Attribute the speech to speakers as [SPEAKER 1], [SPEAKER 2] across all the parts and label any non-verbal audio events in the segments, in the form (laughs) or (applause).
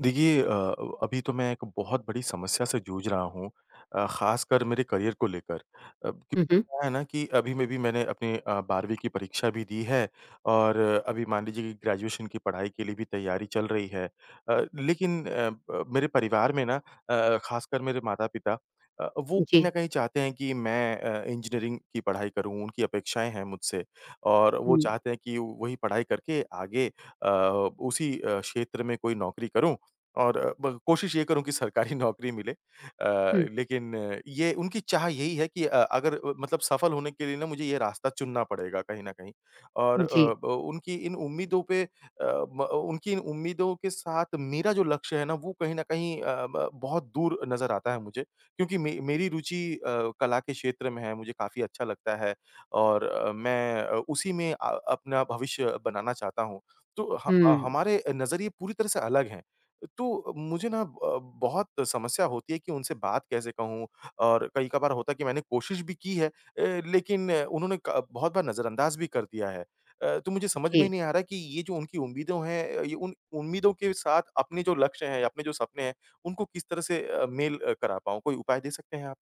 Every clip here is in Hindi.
[SPEAKER 1] देखिए अभी तो मैं एक बहुत बड़ी समस्या से जूझ रहा हूँ। ख़ासकर मेरे करियर को लेकर।
[SPEAKER 2] हुँ, हुँ।
[SPEAKER 1] क्यों है ना कि अभी मैंने अपनी 12वीं की परीक्षा भी दी है और अभी मान लीजिए कि ग्रेजुएशन की पढ़ाई के लिए भी तैयारी चल रही है। लेकिन मेरे परिवार में ना ख़ासकर मेरे माता-पिता वो कहीं
[SPEAKER 2] जी।
[SPEAKER 1] ना कहीं चाहते हैं कि मैं इंजीनियरिंग की पढ़ाई करूं, उनकी अपेक्षाएं हैं मुझसे और वो
[SPEAKER 2] हुँ।
[SPEAKER 1] चाहते हैं कि वही पढ़ाई करके आगे उसी क्षेत्र में कोई नौकरी करूं और अ, ब कोशिश ये करूँ कि सरकारी (laughs) नौकरी मिले।
[SPEAKER 2] हुँ,
[SPEAKER 1] लेकिन ये उनकी चाह यही है कि अ, अगर अ, मतलब सफल होने के लिए ना मुझे ये रास्ता चुनना पड़ेगा कहीं न कहीं और
[SPEAKER 2] जी।
[SPEAKER 1] अ, ब उनकी इन उम्मीदों पे अ, म उनकी इन उम्मीदों के साथ मेरा जो लक्ष्य है ना वो कहीं न कहीं अ, ब बहुत दूर नज़र आता है मुझे। क्योंकि मे मेरी रुचि कला के क्षेत्र में है, मुझे काफ़ी अच्छा लगता है और मैं उसी में अपना भविष्य बनाना चाहता हूँ। तो
[SPEAKER 2] हुँ,
[SPEAKER 1] हमारे नज़रिए पूरी तरह से अलग हैं। तो मुझे ना बहुत समस्या होती है कि उनसे बात कैसे कहूँ? और कई कभार होता है कि मैंने कोशिश भी की है, लेकिन उन्होंने क बहुत बार नज़रअंदाज भी कर दिया है। तो मुझे समझ में
[SPEAKER 2] जी।
[SPEAKER 1] नहीं आ रहा कि ये जो उनकी उम्मीदों हैं, ये उन उम्मीदों के साथ अपने जो लक्ष्य हैं, अपने जो सपने हैं, उनको किस तरह से मेल करा पाऊँ? कोई उपाय दे सकते हैं आप?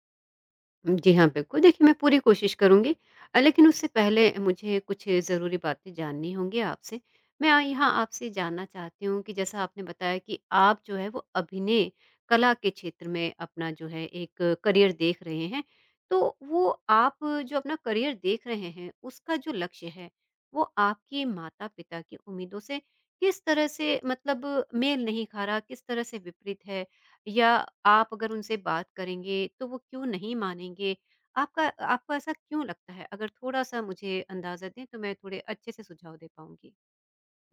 [SPEAKER 2] जी हाँ, बिल्कुल। देखिए, मैं पूरी कोशिश करूँगी, लेकिन उससे पहले मुझे कुछ ज़रूरी बातें जाननी होंगी आपसे। मैं यहाँ आपसे जानना चाहती हूँ कि जैसा आपने बताया कि आप जो है वो अभिनय कला के क्षेत्र में अपना जो है एक करियर देख रहे हैं। तो वो आप जो अपना करियर देख रहे हैं, उसका जो लक्ष्य है, वो आपके माता-पिता की उम्मीदों से किस तरह से मतलब मेल नहीं खा रहा, किस तरह से विपरीत है? या आप अगर उनसे बात करेंगे तो वो क्यों नहीं मानेंगे? आपका आपको ऐसा क्यों लगता है? अगर थोड़ा-सा मुझे अंदाज़ा दें तो मैं थोड़े अच्छे से सुझाव दे पाऊँगी।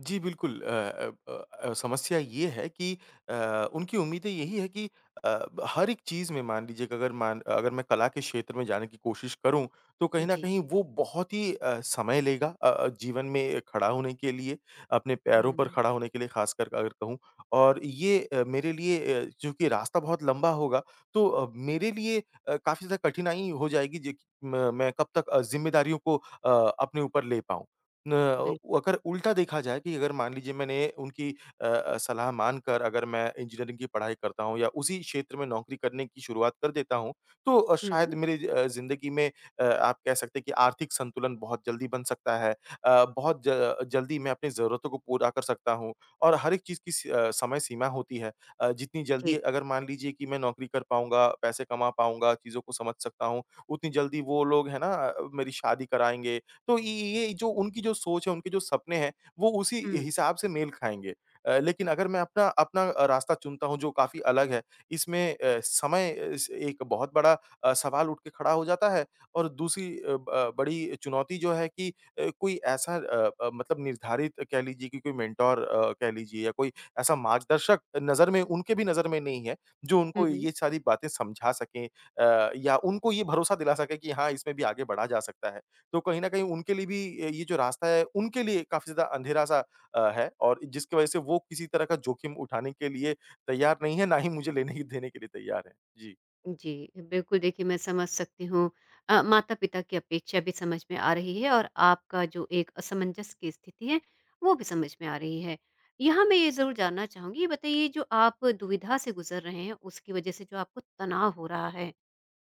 [SPEAKER 1] जी, बिल्कुल। समस्या ये है कि उनकी उम्मीदें यही है कि अ, हर एक चीज़ में मान लीजिए कि अगर मैं कला के क्षेत्र में जाने की कोशिश करूँ, तो कहीं न
[SPEAKER 2] जी।
[SPEAKER 1] कहीं वो बहुत ही समय लेगा जीवन में खड़ा होने के लिए, अपने पैरों पर
[SPEAKER 2] हुँ,
[SPEAKER 1] खड़ा होने के लिए ख़ासकर अगर कहूँ। और ये मेरे लिए चूँकि रास्ता बहुत लंबा होगा, तो मेरे लिए काफ़ी ज़्यादा कठिनाई हो जाएगी जे कि म मैं कब तक ज़िम्मेदारियों को अपने ऊपर ले पाऊँ। न वो
[SPEAKER 2] बिल्कुल।
[SPEAKER 1] अगर उल्टा देखा जाए कि अगर मान लीजिए मैंने उनकी सलाह मानकर अगर मैं इंजीनियरिंग की पढ़ाई करता हूँ या उसी क्षेत्र में नौकरी करने की शुरुआत कर देता हूँ, तो
[SPEAKER 2] हुँ,
[SPEAKER 1] शायद मेरी ज़िंदगी में आप कह सकते हैं कि आर्थिक संतुलन बहुत जल्दी बन सकता है। बहुत ज जल्दी मैं अपनी ज़रूरतों को पूरा कर सकता हूँ और हर एक चीज़ की समय सीमा होती है। जितनी जल्दी
[SPEAKER 2] जी।
[SPEAKER 1] अगर मान लीजिए कि मैं नौकरी कर पाऊँगा, पैसे कमा पाऊँगा, चीज़ों को समझ सकता हूँ, उतनी जल्दी वो लोग है ना मेरी शादी कराएँगे, तो ये जो उनकी जो सोच है, उनके जो सपने हैं, वो उसी
[SPEAKER 2] हुँ।
[SPEAKER 1] हिसाब से मेल खाएँगे। लेकिन अगर मैं अपना अपना रास्ता चुनता हूँ जो काफ़ी अलग है, इसमें समय इस एक बहुत बड़ा सवाल उठ के खड़ा हो जाता है और दूसरी अ, ब बड़ी चुनौती जो है कि कोई ऐसा मतलब निर्धारित कह लीजिए कि कोई मेंटर कह लीजिए या कोई ऐसा मार्गदर्शक नज़र में उनके भी नज़र में नहीं है, जो
[SPEAKER 2] हुँ,
[SPEAKER 1] उनको
[SPEAKER 2] हुँ।
[SPEAKER 1] ये सारी बातें समझा सके, या उनको ये भरोसा दिला सके कि हाँ, इसमें भी आगे बढ़ा जा सकता है। तो कहीं न कहीं उनके लिए भी ये जो रास्ता है, उनके लिए काफ़ी ज़्यादा अंधेरा-सा है और जिसकी वज़ह से वो किसी तरह का जोखिम उठाने के लिए तैयार नहीं है, ना ही मुझे लेने की देने के लिए तैयार है। जी।
[SPEAKER 2] जी, बिल्कुल देखिए मैं समझ सकती हूँ, माता-पिता की अपेक्षा भी समझ में आ रही है और आपका जो एक असमंजस की स्थिति है, वो भी समझ में आ रही है। यहाँ मैं ये ज़रूर जानना चाहूँगी, ये बताइए जो आप दुविधा से गुज़र रहे हैं उसकी वज़ह से जो आपको तनाव हो रहा है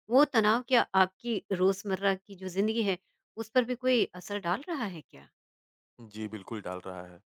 [SPEAKER 2] वो तनाव क्या आपकी रोज़मर्रा की जो ज़िंदगी है, उस पर भी कोई असर डाल रहा है क्या?
[SPEAKER 1] जी, बिल्कुल डाल रहा है।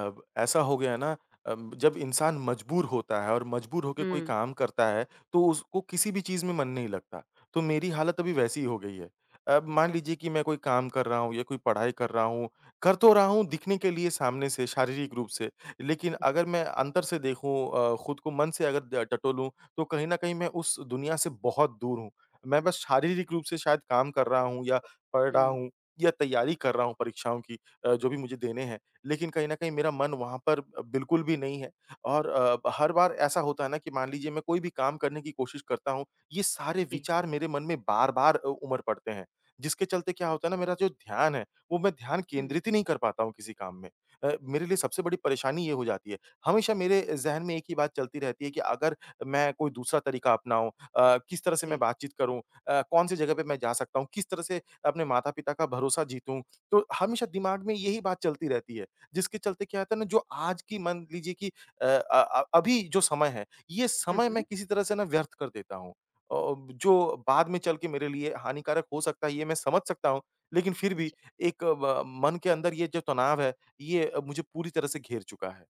[SPEAKER 1] अब ऐसा हो गया ना, जब इंसान मजबूर होता है और मजबूर होके कोई
[SPEAKER 2] हुँ।
[SPEAKER 1] काम करता है, तो उसको किसी भी चीज़ में मन नहीं लगता। तो मेरी हालत अभी वैसी ही हो गई है। अब मान लीजिए कि मैं कोई काम कर रहा हूँ या कोई पढ़ाई कर रहा हूँ, कर तो रहा हूँ दिखने के लिए सामने से, शारीरिक रूप से। लेकिन अगर
[SPEAKER 2] जी।
[SPEAKER 1] मैं अंतर से देखूँ, खुद को मन से अगर ड टटोलूँ, तो कहीं न कहीं मैं उस दुनिया से बहुत दूर हूँ। मैं बस शारीरिक रूप से शायद काम कर रहा हूँ या पढ़
[SPEAKER 2] हुँ।
[SPEAKER 1] रहा हूँ या तैयारी कर रहा हूँ परीक्षाओं की। जो भी मुझे देने हैं। लेकिन कहीं न कहीं मेरा मन वहाँ पर बिल्कुल भी नहीं है और हर बार ऐसा होता है ना कि मान लीजिए मैं कोई भी काम करने की कोशिश करता हूँ, ये सारे
[SPEAKER 2] जी।
[SPEAKER 1] विचार मेरे मन में बार-बार उमड़ पड़ते हैं। जिसके चलते क्या होता है ना, मेरा जो ध्यान है, वो मैं ध्यान
[SPEAKER 2] हुँ।
[SPEAKER 1] केंद्रित ही नहीं कर पाता हूँ किसी काम में। मेरे लिए सबसे बड़ी परेशानी ये हो जाती है। हमेशा मेरे ज़हन में एक ही बात चलती रहती है कि अगर मैं कोई दूसरा तरीका अपनाऊँ, किस तरह से मैं
[SPEAKER 2] जी।
[SPEAKER 1] बातचीत करूँ? कौन-सी जगह पे मैं जा सकता हूँ? किस तरह से अपने माता-पिता का भरोसा जीतूँ? तो हमेशा दिमाग में यही बात चलती रहती है, जिसके चलते क्या होता है ना, जो आज की मान लीजिए कि अभी जो समय है, ये
[SPEAKER 2] हुँ, हुँ।
[SPEAKER 1] समय
[SPEAKER 2] हुँ,
[SPEAKER 1] मैं
[SPEAKER 2] हुँ।
[SPEAKER 1] किसी तरह से ना व्यर्थ कर देता हूँ। जो बाद में चल के मेरे लिए हानिकारक हो सकता है, ये मैं समझ सकता हूँ, लेकिन फिर भी
[SPEAKER 2] जी।
[SPEAKER 1] एक ब मन के अंदर ये जो तनाव है, ये मुझे पूरी तरह से घेर चुका है।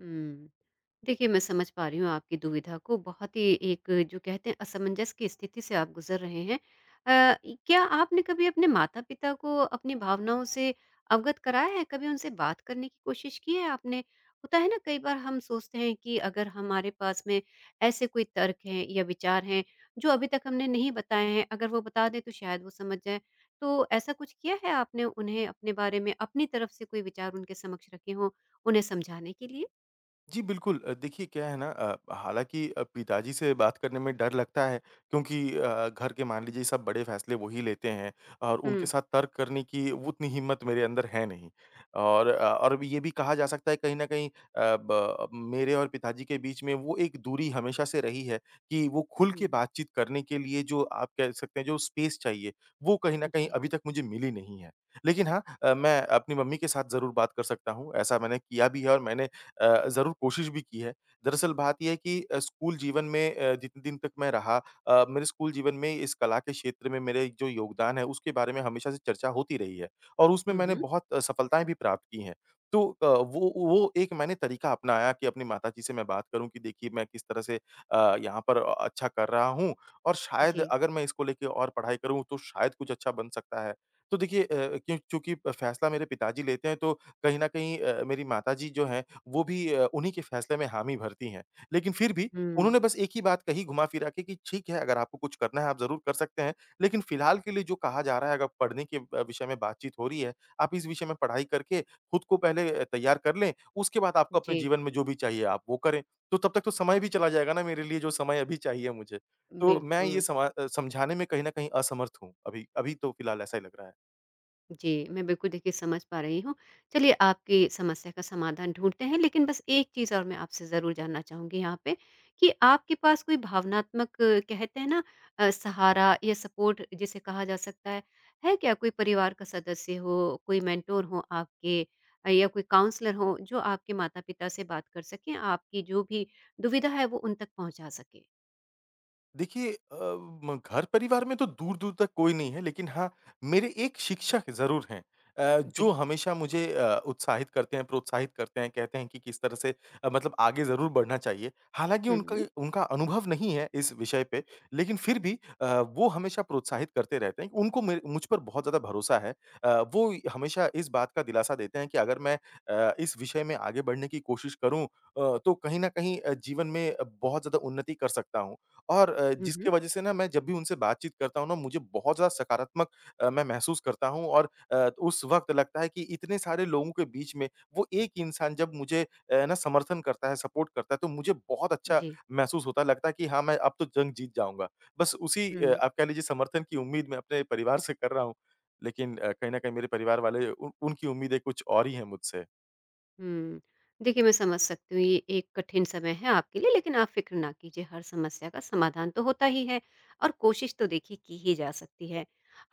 [SPEAKER 2] हम्म। देखिए, मैं समझ पा रही हूँ आपकी दुविधा को, बहुत ही एक जो कहते हैं असमंजस की स्थिति से आप गुज़र रहे हैं। अ, क्या आपने कभी अपने माता-पिता को अपनी भावनाओं से अवगत कराया है? कभी उनसे बात करने की कोशिश की है आपने? होता है ना कई बार हम सोचते हैं कि अगर हमारे पास में ऐसे कोई तर्क हैं या विचार हैं जो अभी तक हमने नहीं बताए हैं, अगर वो बता दें तो शायद वो समझ जाएँ। तो ऐसा कुछ किया है आपने उन्हें अपने बारे में अपनी तरफ से कोई विचार उनके समक्ष रखे हों, उन्हें समझाने के लिए?
[SPEAKER 1] जी, बिल्कुल। देखिए क्या है ना, हालाँकि पिताजी से बात करने में डर लगता है क्योंकि घर के मान लीजिए सब बड़े फ़ैसले वो ही लेते हैं और उनके
[SPEAKER 2] हुँ।
[SPEAKER 1] साथ तर्क करने की उतनी हिम्मत मेरे अंदर है नहीं। और ये भी कहा जा सकता है कहीं न कहीं अ, ब मेरे और पिताजी के बीच में वो एक दूरी हमेशा से रही है कि वो खुल के बातचीत करने के लिए जो आप कह सकते हैं जो स्पेस चाहिए, वो कहीं न कहीं
[SPEAKER 2] जी।
[SPEAKER 1] अभी तक मुझे मिली नहीं है। लेकिन हाँ, मैं अपनी मम्मी के साथ ज़रूर बात कर सकता हूँ, ऐसा मैंने किया भी है और मैंने ज़रूर कोशिश भी की है। दरअसल बात ये है कि स्कूल जीवन में जितने दिन तक मैं रहा मेरे स्कूल जीवन में इस कला के क्षेत्र में मेरे जो योगदान है उसके बारे में हमेशा से चर्चा होती रही है और उसमें
[SPEAKER 2] हुँ,
[SPEAKER 1] मैंने
[SPEAKER 2] हुँ।
[SPEAKER 1] बहुत सफलताएँ भी प्राप्त की हैं। तो वो एक मैंने तरीका अपनाया कि अपनी माताजी से मैं बात करूँ कि देखिए मैं किस तरह से यहाँ पर अच्छा कर रहा हूँ और शायद
[SPEAKER 2] जी।
[SPEAKER 1] अगर मैं इसको लेके और पढ़ाई करूँ तो शायद कुछ अच्छा बन सकता है। तो देखिए, क्यों चूँकि फैसला मेरे पिताजी लेते हैं तो कहीं न कहीं मेरी माताजी जो हैं वो भी उन्हीं के फैसले में हामी भरती हैं। लेकिन फिर भी
[SPEAKER 2] हुँ।
[SPEAKER 1] उन्होंने बस एक ही बात कही घुमा-फिरा के कि ठीक है, अगर आपको कुछ करना है आप ज़रूर कर सकते हैं, लेकिन फ़िलहाल के लिए जो कहा जा रहा है, अगर पढ़ने के विषय में बातचीत हो रही है, आप इस विषय में पढ़ाई करके खुद को पहले तैयार कर लें, उसके बाद आपको अपने
[SPEAKER 2] जी,
[SPEAKER 1] जीवन में जो भी चाहिए आप वो करें। तो तब तक तो समय भी चला जाएगा ना, मेरे लिए जो समय अभी चाहिए मुझे। तो मैं ये
[SPEAKER 2] बिल्कुल।
[SPEAKER 1] समझाने में कहीं न कहीं असमर्थ हूँ। अभी अभी तो फ़िलहाल ऐसा ही लग रहा है।
[SPEAKER 2] जी, मैं बिल्कुल देखिए समझ पा रही हूँ। चलिए आपकी समस्या का समाधान ढूँढते हैं, लेकिन बस एक चीज़ और मैं आपसे ज़रूर जानना चाहूँगी यहाँ पे कि आपके पास कोई भावनात्मक, कहते हैं ना, सहारा या सपोर्ट जिसे कहा जा सकता है क्या? कोई परिवार का सदस्य हो, कोई मेंटोर हो आपके, या कोई काउंसलर हो जो आपके माता-पिता से बात कर सकें, आपकी जो भी दुविधा है वो उन तक पहुँचा सकें?
[SPEAKER 1] देखिए, अ, म घर परिवार में तो दूर-दूर तक कोई नहीं है, लेकिन हाँ, मेरे एक शिक्षक ज़रूर हैं जो
[SPEAKER 2] जी।
[SPEAKER 1] हमेशा मुझे उत्साहित करते हैं, प्रोत्साहित करते हैं, कहते हैं कि किस तरह से मतलब आगे ज़रूर बढ़ना चाहिए। हालाँकि
[SPEAKER 2] हुँ,
[SPEAKER 1] उनका
[SPEAKER 2] हुँ।
[SPEAKER 1] उनका अनुभव नहीं है इस विषय पे, लेकिन फिर भी वो हमेशा प्रोत्साहित करते रहते हैं। उनको मेर मुझ पर बहुत ज़्यादा भरोसा है। वो हमेशा इस बात का दिलासा देते हैं कि अगर मैं इस विषय में आगे बढ़ने की कोशिश करूँ, तो कहीं न कहीं जीवन में बहुत ज़्यादा उन्नति कर सकता हूँ। और
[SPEAKER 2] हुँ,
[SPEAKER 1] जिसकी
[SPEAKER 2] हुँ।
[SPEAKER 1] वजह से ना मैं जब भी उनसे बातचीत करता हूँ ना मुझे बहुत ज़्यादा सकारात्मक मैं महसूस करता हूँ, और उस वक़्त लगता है कि इतने सारे लोगों के बीच में वो एक इंसान जब मुझे समर्थन करता है, सपोर्ट करता है, तो मुझे बहुत अच्छा
[SPEAKER 2] जी।
[SPEAKER 1] महसूस होता है। लगता है कि हाँ, मैं अब तो जंग जीत जाऊँगा। बस उसी
[SPEAKER 2] हुँ,
[SPEAKER 1] आप कह लीजिए समर्थन की उम्मीद मैं अपने परिवार से कर रहा हूँ। लेकिन कहीं न कहीं मेरे परिवार वाले उन उनकी उम्मीदें कुछ और ही हैं मुझसे।
[SPEAKER 2] हुँ। देखिए, मैं समझ सकती हूँ, ये एक कठिन समय है आपके लिए, लेकिन आप फ़िक्र ना कीजिए, हर समस्या का समाधान तो होता ही है और कोशिश तो देखिए की ही जा सकती है।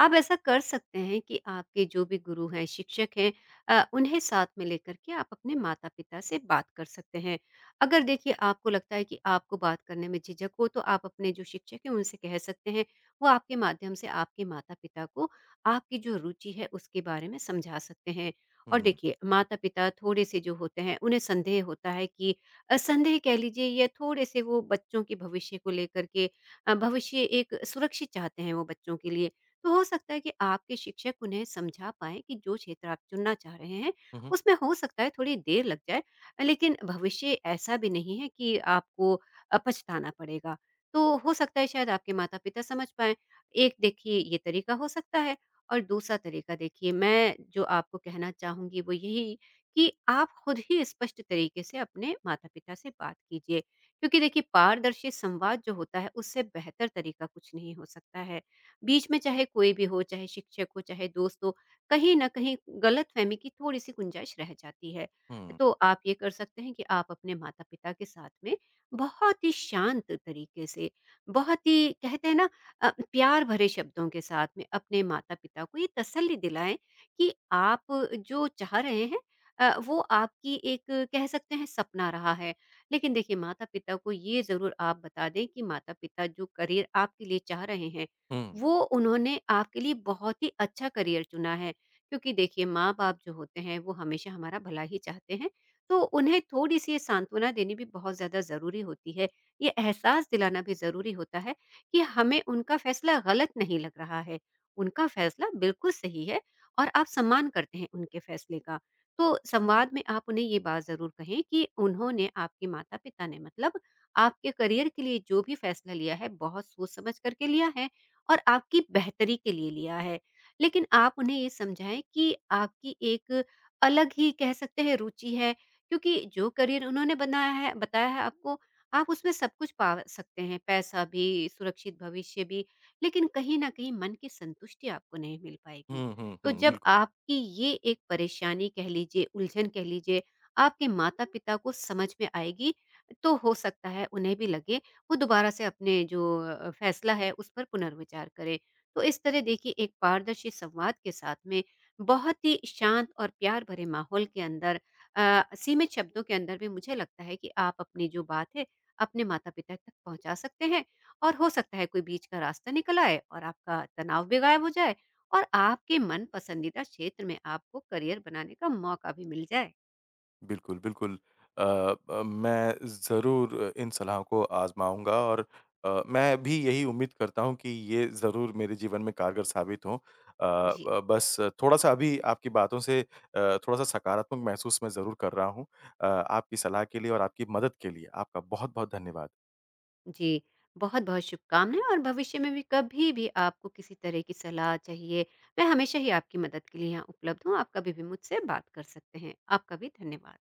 [SPEAKER 2] आप ऐसा कर सकते हैं कि आपके जो भी गुरु हैं, शिक्षक हैं, उन्हें साथ में लेकर के आप अपने माता-पिता से बात कर सकते हैं। अगर देखिए आपको लगता है कि आपको बात करने में झिझक हो, तो आप अपने जो शिक्षक हैं, उनसे कह सकते हैं। वो आपके माध्यम से आपके माता-पिता को आपकी जो रुचि है, उसके बारे में समझा सकते हैं। और
[SPEAKER 1] हुँ।
[SPEAKER 2] देखिए माता-पिता थोड़े से जो होते हैं उन्हें संदेह होता है कि संदेह कह लीजिए या थोड़े से वो बच्चों के भविष्य को लेकर के भविष्य एक सुरक्षित चाहते हैं वो बच्चों के लिए। तो हो सकता है कि आपके शिक्षक उन्हें समझा पाएँ कि जो क्षेत्र आप चुनना चाह रहे हैं,
[SPEAKER 1] हुँ, हुँ।
[SPEAKER 2] उसमें हो सकता है थोड़ी देर लग जाए, लेकिन भविष्य ऐसा भी नहीं है कि आपको पछताना पड़ेगा। तो हो सकता है शायद आपके माता-पिता समझ पाएँ। एक देखिए ये तरीका हो सकता है और दूसरा तरीका देखिए मैं जो आपको कहना चाहूँगी वो यही कि आप खुद ही स्पष्ट तरीके से अपने माता-पिता से बात कीजिए। क्योंकि देखिए पारदर्शी संवाद जो होता है उससे बेहतर तरीका कुछ नहीं हो सकता है। बीच में चाहे कोई भी हो, चाहे शिक्षक हो, चाहे दोस्त हो, कहीं न कहीं गलतफ़हमी की थोड़ी-सी गुंजाइश रह जाती है।
[SPEAKER 1] हुँ।
[SPEAKER 2] तो आप ये कर सकते हैं कि आप अपने माता-पिता के साथ में बहुत ही शांत तरीके से, बहुत ही कहते हैं ना, प्यार भरे शब्दों के साथ में अपने माता-पिता को ये तसल्ली दिलाएँ कि आप जो चाह रहे हैं, वो आपकी एक कह सकते हैं सपना रहा है। लेकिन देखिए माता-पिता को ये ज़रूर आप बता दें कि माता-पिता जो करियर आपके लिए चाह रहे हैं,
[SPEAKER 1] हुँ।
[SPEAKER 2] वो उन्होंने आपके लिए बहुत ही अच्छा करियर चुना है। क्योंकि देखिए माँ-बाप जो होते हैं वो हमेशा हमारा भला ही चाहते हैं, तो उन्हें थोड़ी-सी ये सांत्वना देनी भी बहुत ज़्यादा ज़रूरी होती है। ये एहसास दिलाना भी ज़रूरी होता है कि हमें उनका फैसला गलत नहीं लग रहा है, उनका फैसला बिल्कुल सही है और आप सम्मान करते हैं उनके फैसले का। तो संवाद में आप उन्हें ये बात ज़रूर कहें कि उन्होंने, आपके माता-पिता ने मतलब आपके करियर के लिए जो भी फैसला लिया है, बहुत सोच-समझ कर के लिया है और आपकी बेहतरी के लिए लिया है। लेकिन आप उन्हें ये समझाएँ कि आपकी एक अलग ही कह सकते हैं रुचि है, क्योंकि जो करियर उन्होंने बनाया है बताया है आपको, आप उसमें सब कुछ पा सकते हैं, पैसा भी, सुरक्षित भविष्य भी, लेकिन कहीं न कहीं मन की संतुष्टि आपको नहीं मिल पाएगी।
[SPEAKER 1] हुँ, हुँ,
[SPEAKER 2] तो
[SPEAKER 1] हुँ,
[SPEAKER 2] जब
[SPEAKER 1] बिल्कुल।
[SPEAKER 2] आपकी ये एक परेशानी कह लीजिए, उलझन कह लीजिए, आपके माता-पिता को समझ में आएगी, तो हो सकता है उन्हें भी लगे, वो दोबारा से अपने जो फैसला है उस पर पुनर्विचार करें। तो इस तरह देखिए एक पारदर्शी संवाद के साथ में बहुत ही शांत और प्यार भरे माहौल के अंदर, सीमित शब्दों के अंदर भी मुझे लगता है कि आप अपनी जो बात है अपने माता पिता तक पहुंचा सकते हैं और हो सकता है कोई बीच का रास्ता निकल आए और आपका तनाव भी गायब हो जाए और आपके मन पसंदीदा क्षेत्र में आपको करियर बनाने का मौका भी मिल जाए।
[SPEAKER 1] बिल्कुल, बिल्कुल। अ मैं ज़रूर इन सलाहों को आज़माऊँगा और मैं भी यही उम्मीद करता हूँ कि ये ज़रूर मेरे जीवन में कारगर साबित हों।
[SPEAKER 2] जी।
[SPEAKER 1] बस थोड़ा-सा अभी आपकी बातों से थोड़ा-सा सकारात्मक महसूस मैं ज़रूर कर रहा हूँ। आपकी सलाह के लिए और आपकी मदद के लिए आपका बहुत-बहुत धन्यवाद।
[SPEAKER 2] जी, बहुत बहुत शुभकामनाएं और भविष्य में भी कभी भी आपको किसी तरह की सलाह चाहिए मैं हमेशा ही आपकी मदद के लिए यहाँ उपलब्ध हूँ। आप कभी भी मुझसे बात कर सकते हैं। आपका भी धन्यवाद।